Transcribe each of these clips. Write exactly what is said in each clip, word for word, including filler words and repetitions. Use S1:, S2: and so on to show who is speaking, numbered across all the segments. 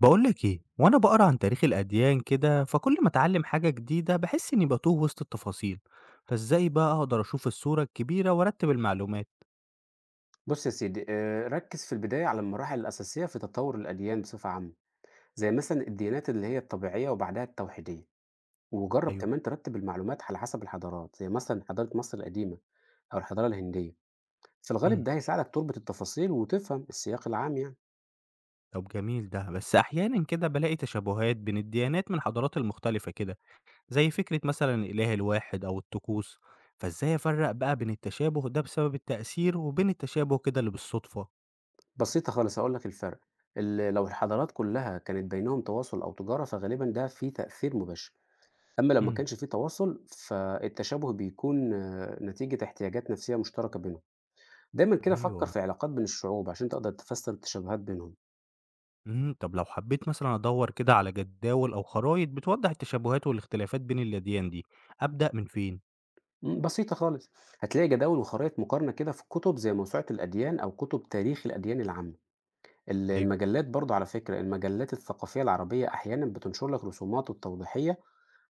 S1: بقولك ايه؟ وانا بقرا عن تاريخ الاديان كده، فكل ما اتعلم حاجه جديده بحس اني بتوه وسط التفاصيل. فازاي بقى اقدر اشوف الصوره الكبيره وارتب المعلومات؟
S2: بُص يا سيدي، آآ ركّز في البداية على المراحل الأساسية في تطوّر الأديان بصفة عامة، زي مثلًا الديانات اللي هي الطبيعية وبعدها التوحيدية، وجرّب
S1: ايوه.
S2: كمان ترتّب المعلومات على حسب الحضارات، زي مثلًا حضارة مصر القديمة أو الحضارة الهندية، في
S1: امم.
S2: الغالب ده هيساعدك تربط التفاصيل وتفهم السياق العام يعني.
S1: طب جميل ده، بس احيانا كده بلاقي تشابهات بين الديانات من الحضارات المختلفه كده، زي فكره مثلا الاله الواحد او الطقوس. فازاي افرق بقى بين التشابه ده بسبب التأثير وبين التشابه كده اللي بالصدفه؟
S2: بسيطة خالص هاقول لك الفرق، ال لو الحضارات كلّها كانت بينهم تواصل أو تجارة فغالبًا ده فيه تأثير مباشر، أمّا لو ما
S1: امم.
S2: كانش فيه تواصل فالتشابه بيكون آه، نتيجة احتياجات نفسية مشتركة بينهم. دايمًا كده فكّر
S1: ايوه.
S2: في علاقات بين الشعوب عشان تقدر تفسّر التشابهات بينهم.
S1: إمم، طب لو حبيت مثلًا أدوّر كده على جداول أو خرايط بتوضّح التشابهات والاختلافات بين الأديان دي، أبدأ من فين؟
S2: امم، بسيطة خالص، هتلاقي جداول وخرائط مقارنة كده في كتب زي موسوعة الأديان أو كتب تاريخ الأديان العامة، ال
S1: أيوه.
S2: المجلات برضه على فكرة المجلات الثقافية العربية أحيانًا بتنشر لك رسومات وتوضيحية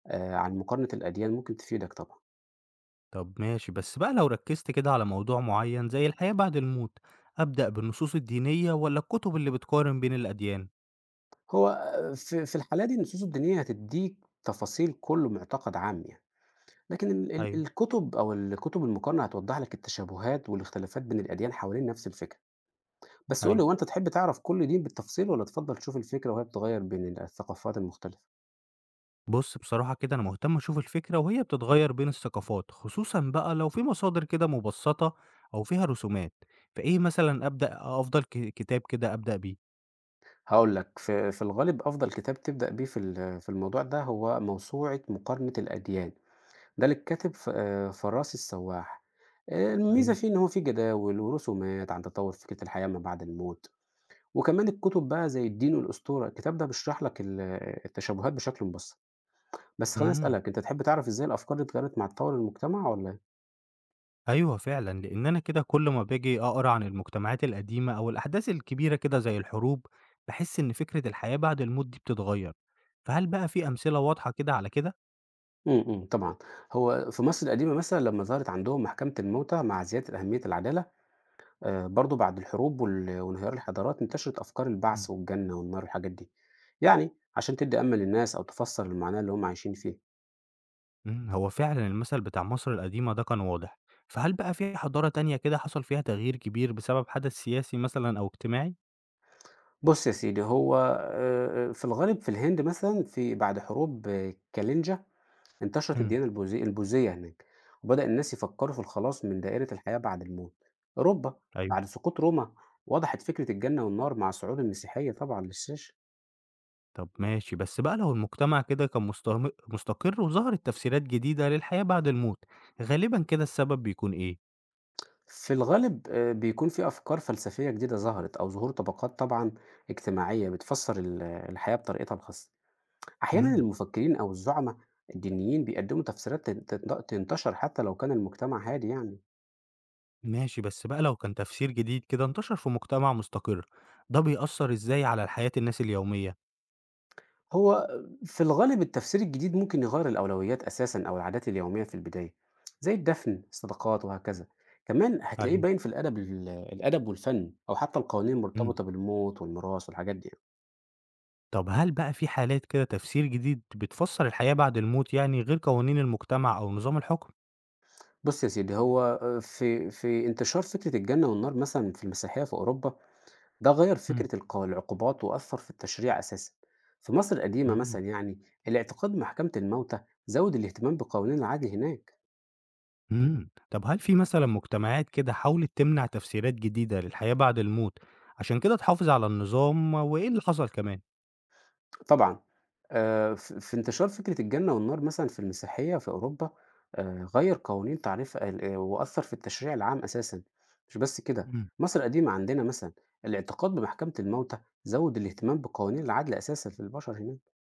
S2: آآ، عن مقارنة الأديان ممكن تفيدك طبعًا.
S1: طب ماشي، بس بقى لو ركّزت كده على موضوع معيّن زي الحياة بعد الموت، أبدأ بالنصوص الدينية والّا الكتب اللي بتقارن بين الأديان؟
S2: هو آه، في في الحالة دي النصوص الدينية هتدّيك تفاصيل كل معتقد عام يعني، لكن ال ال
S1: أيوه،
S2: الكتب أو الكتب المقارنة هتوضح لك التشابهات والاختلافات بين الأديان حوالين نفس الفكرة. بس قُل
S1: أيوه،
S2: لي هو أنت تحب تعرف كل دين بالتفصيل والّا تفضّل تشوف الفكرة وهي بتتغيّر بين ال الثقافات المختلفة؟
S1: بُص بصراحة كده أنا مهتم أشوف الفكرة وهي بتتغيّر بين الثقافات، خصوصًا بقى لو في مصادر كده مبسّطة أو فيها رسومات، فإيه مثلًا أبدأ أفضل ك كتاب كده أبدأ بيه؟
S2: هاقول لك، في في الغالب أفضل كتاب تبدأ بيه في ال في الموضوع ده هو موسوعة مقارنة الأديان، ده للكاتب ف آآ فراس السواح. آآ الميزة
S1: أيوه.
S2: فيه إن هو فيه جداول ورسومات عن تطوّر فكرة الحياة ما بعد الموت، وكمان الكتب بقى زي الدين والأسطورة، الكتاب ده بيشرح لك ال التشابهات بشكل مبسّط. بس خلّيني
S1: إمم.
S2: أسألك، أنت تحب تعرف إزاي الأفكار دي اتغيّرت مع تطوّر المجتمع والّا إيه؟
S1: أيوه فعلًا، لإن أنا كده كل ما باجي أقرا عن المجتمعات القديمة أو الأحداث الكبيرة كده زي الحروب، باحس إن فكرة الحياة بعد الموت دي بتتغيّر، فهل بقى في أمثلة واضحة كده على كده؟
S2: إمم، إمم، طبعًا. هو في مصر القديمة مثلًا لمّا ظهرت عندهم محكمة الموتى مع زيادة أهمية العدالة، آآ برضه بعد الحروب وال وانهيار الحضارات انتشرت أفكار البعث
S1: مم.
S2: والجنة والنار والحاجات دي. يعني عشان تدّي أمل للناس أو تفسّر المعاناة اللي هم عايشين فيها.
S1: إمم، هو فعلًا المثل بتاع مصر القديمة ده كان واضح، فهل بقى في حضارة تانية كده حصل فيها تغيير كبير بسبب حدث سياسي مثلًا أو اجتماعي؟
S2: بُص يا سيدي، هو آآ في الغالب في الهند مثلًا في بعد حروب آه، كالينجا انتشرت
S1: إمم.
S2: الديانة البوذي البوذية هناك، وبدأ الناس يفكّروا في الخلاص من دائرة الحياة بعد الموت. أوروبا
S1: أيوه.
S2: بعد سقوط روما وضحت فكرة الجنة والنار مع صعود المسيحية طبعًا للشاشة.
S1: طب ماشي، بس بقى لو المجتمع كده كان مستم مستقر وظهرت تفسيرات جديدة للحياة بعد الموت، غالبًا كده السبب بيكون إيه؟
S2: في الغالب آآ بيكون في أفكار فلسفية جديدة ظهرت أو ظهور طبقات طبعًا اجتماعية بتفسّر ال الحياة بطريقتها الخاصة. أحيانًا
S1: إمم.
S2: المفكرين أو الزُعما الدينيين بيقدّموا تفسيرات تن تن تنتشر حتى لو كان المجتمع هادي يعني.
S1: ماشي، بس بقى لو كان تفسير جديد كده انتشر في مجتمع مستقر، ده بيأثر ازاي على حياة الناس اليومية؟
S2: هو آه، في الغالب التفسير الجديد ممكن يغيّر الأولويات أساسًا أو العادات اليومية في البداية، زي الدفن، الصداقات وهكذا. كمان هتلاقيه
S1: ايوه.
S2: باين في الأدب ال الأدب والفن أو حتى القوانين
S1: امم.
S2: المرتبطة بالموت والميراث والحاجات دي يعني.
S1: طب هل بقى في حالات كده تفسير جديد بتفسر الحياة بعد الموت يعني غير قوانين المجتمع او نظام الحكم؟
S2: بُص يا سيدي، هو في في انتشار فكرة الجنة والنار مثلًا في المسيحية في أوروبا، ده غيّر
S1: امم.
S2: فكرة الق العقوبات وأثّر في التشريع أساسًا. في مصر القديمة
S1: امم.
S2: مثلًا يعني الاعتقاد بمحكمة الموتى زوّد الاهتمام بقوانين العدل هناك.
S1: امم. طب هل في مثلا مجتمعات كده حاولت تمنع تفسيرات جديدة للحياة بعد الموت عشان كده تحافظ على النظام، وايه اللي حصل كمان؟
S2: طبعًا آآ ف في انتشار فكرة الجنة والنار مثلًا في المسيحية في أوروبا، آآ غيّر قوانين تعريف ال آه، وأثّر في التشريع العام أساسًا. مش بس كده، مصر القديمة عندنا مثلًا الاعتقاد بمحكمة الموتى زوّد الاهتمام بقوانين العدل أساسًا للبشر هناك.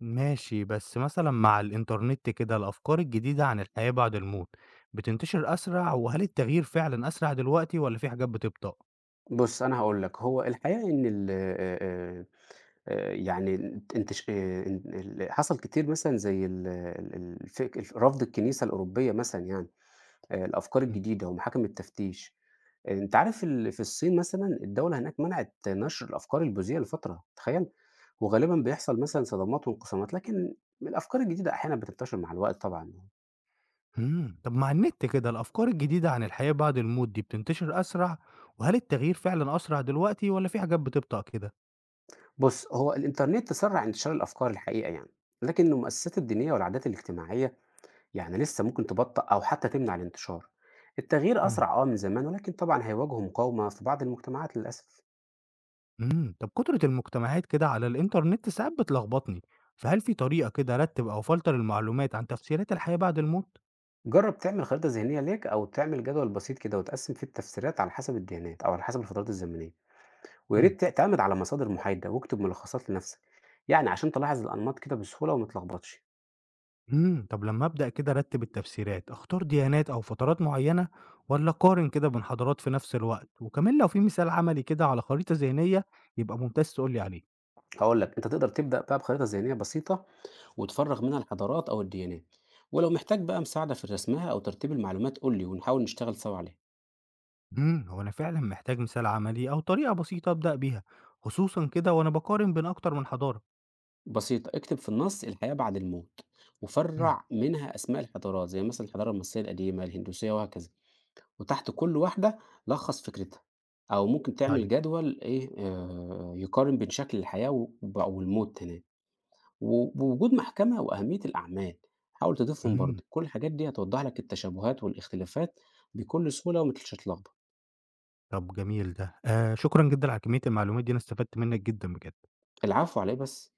S1: ماشي، بس مثلا مع الإنترنت كده الأفكار الجديدة عن الحياة بعد الموت بتنتشر أسرع، وهل التغيير فعلا أسرع دلوقتي ولا في حاجات بتبطأ؟
S2: بُص، أنا هاقول لك، هو الحقيقة إن ال آآ آآ آآ يعني انت انتش آآ إن ال حصل كتير مثلًا زي ال ال الفك الف رفض الكنيسة الأوروبية مثلًا يعني آآ الأفكار
S1: مم.
S2: الجديدة ومحاكم التفتيش. آآ أنت عارف ال في الصين مثلًا الدولة هناك منعت نشر الأفكار البوذية لفترة، تخيّل؟ وغالبًا بيحصل مثلًا صدمات وانقسامات، لكن الأفكار الجديدة أحيانًا بتنتشر مع الوقت طبعًا يعني.
S1: مم. طب مع النت كده الأفكار الجديدة عن الحياة بعد الموت دي بتنتشر أسرع، وهل التغيير فعلا أسرع دلوقتي ولا في حاجات بتبطأ كده؟
S2: بُص، هو الإنترنت سرّع انتشار الأفكار الحقيقة يعني، لكن المؤسسات الدينية والعادات الاجتماعية يعني لسه ممكن تبطأ أو حتى تمنع الانتشار. التغيير
S1: مم.
S2: أسرع أه من زمان، ولكن طبعا هيواجهه مقاومة في بعض المجتمعات للأسف.
S1: مم. طب كترة المجتمعات كده على الإنترنت ساعات بتلخبطني، فهل في طريقة كده أرتب أو فلتر المعلومات عن تفسيرات الحياة بعد الموت؟
S2: جرب تعمل خريطة ذهنية ليك أو تعمل جدول بسيط كده وتقسم فيه التفسيرات على حسب الديانات أو على حسب الفترات الزمنية، ويا
S1: مم.
S2: ريت تعتمد على مصادر محايدة واكتب ملخصات لنفسك، يعني عشان تلاحظ الأنماط كده بسهولة وما تلخبطش.
S1: إمم، طب لمّا أبدأ كده أرتّب التفسيرات، أختار ديانات أو فترات معيّنة والّا أقارن كده بين حضارات في نفس الوقت؟ وكمان لو في مثال عملي كده على خريطة ذهنية يبقى ممتاز تقول لي عليه.
S2: هقول لك أنت تقدر تبدأ بقى بخريطة ذهنية بسيطة وتفرغ منها الحضارات أو الديانات، ولو محتاج بقى مساعدة في رسمها أو ترتيب المعلومات قول لي ونحاول نشتغل سوا عليها.
S1: إمم، هو أنا فعلًا محتاج مثال عملي أو طريقة بسيطة أبدأ بيها، خصوصًا كده وأنا باقارن بين أكتر من حضارة.
S2: بسيطة، اكتب في النص الحياة بعد الموت،
S1: إمم.
S2: وفرع منها أسماء الحضارات زي مثلا الحضارة المصرية القديمة الهندوسية وهكذا، وتحت كل واحدة لخص فكرتها، أو ممكن تعمل
S1: طيب.
S2: جدول إيه آه يقارن بين شكل الحياة وب- والموت هناك و- ووجود محكمة وأهمية الأعمال، حاول تضيفهم
S1: إمم،
S2: برضه. كل الحاجات دي هتوضح لك التشابهات والاختلافات بكل سهولة ومتلش هتلخبط.
S1: طب جميل ده. آآ، شكرًا جدًا على كمية المعلومات دي، أنا استفدت منّك جدًا بجد.
S2: العفو عليه بس.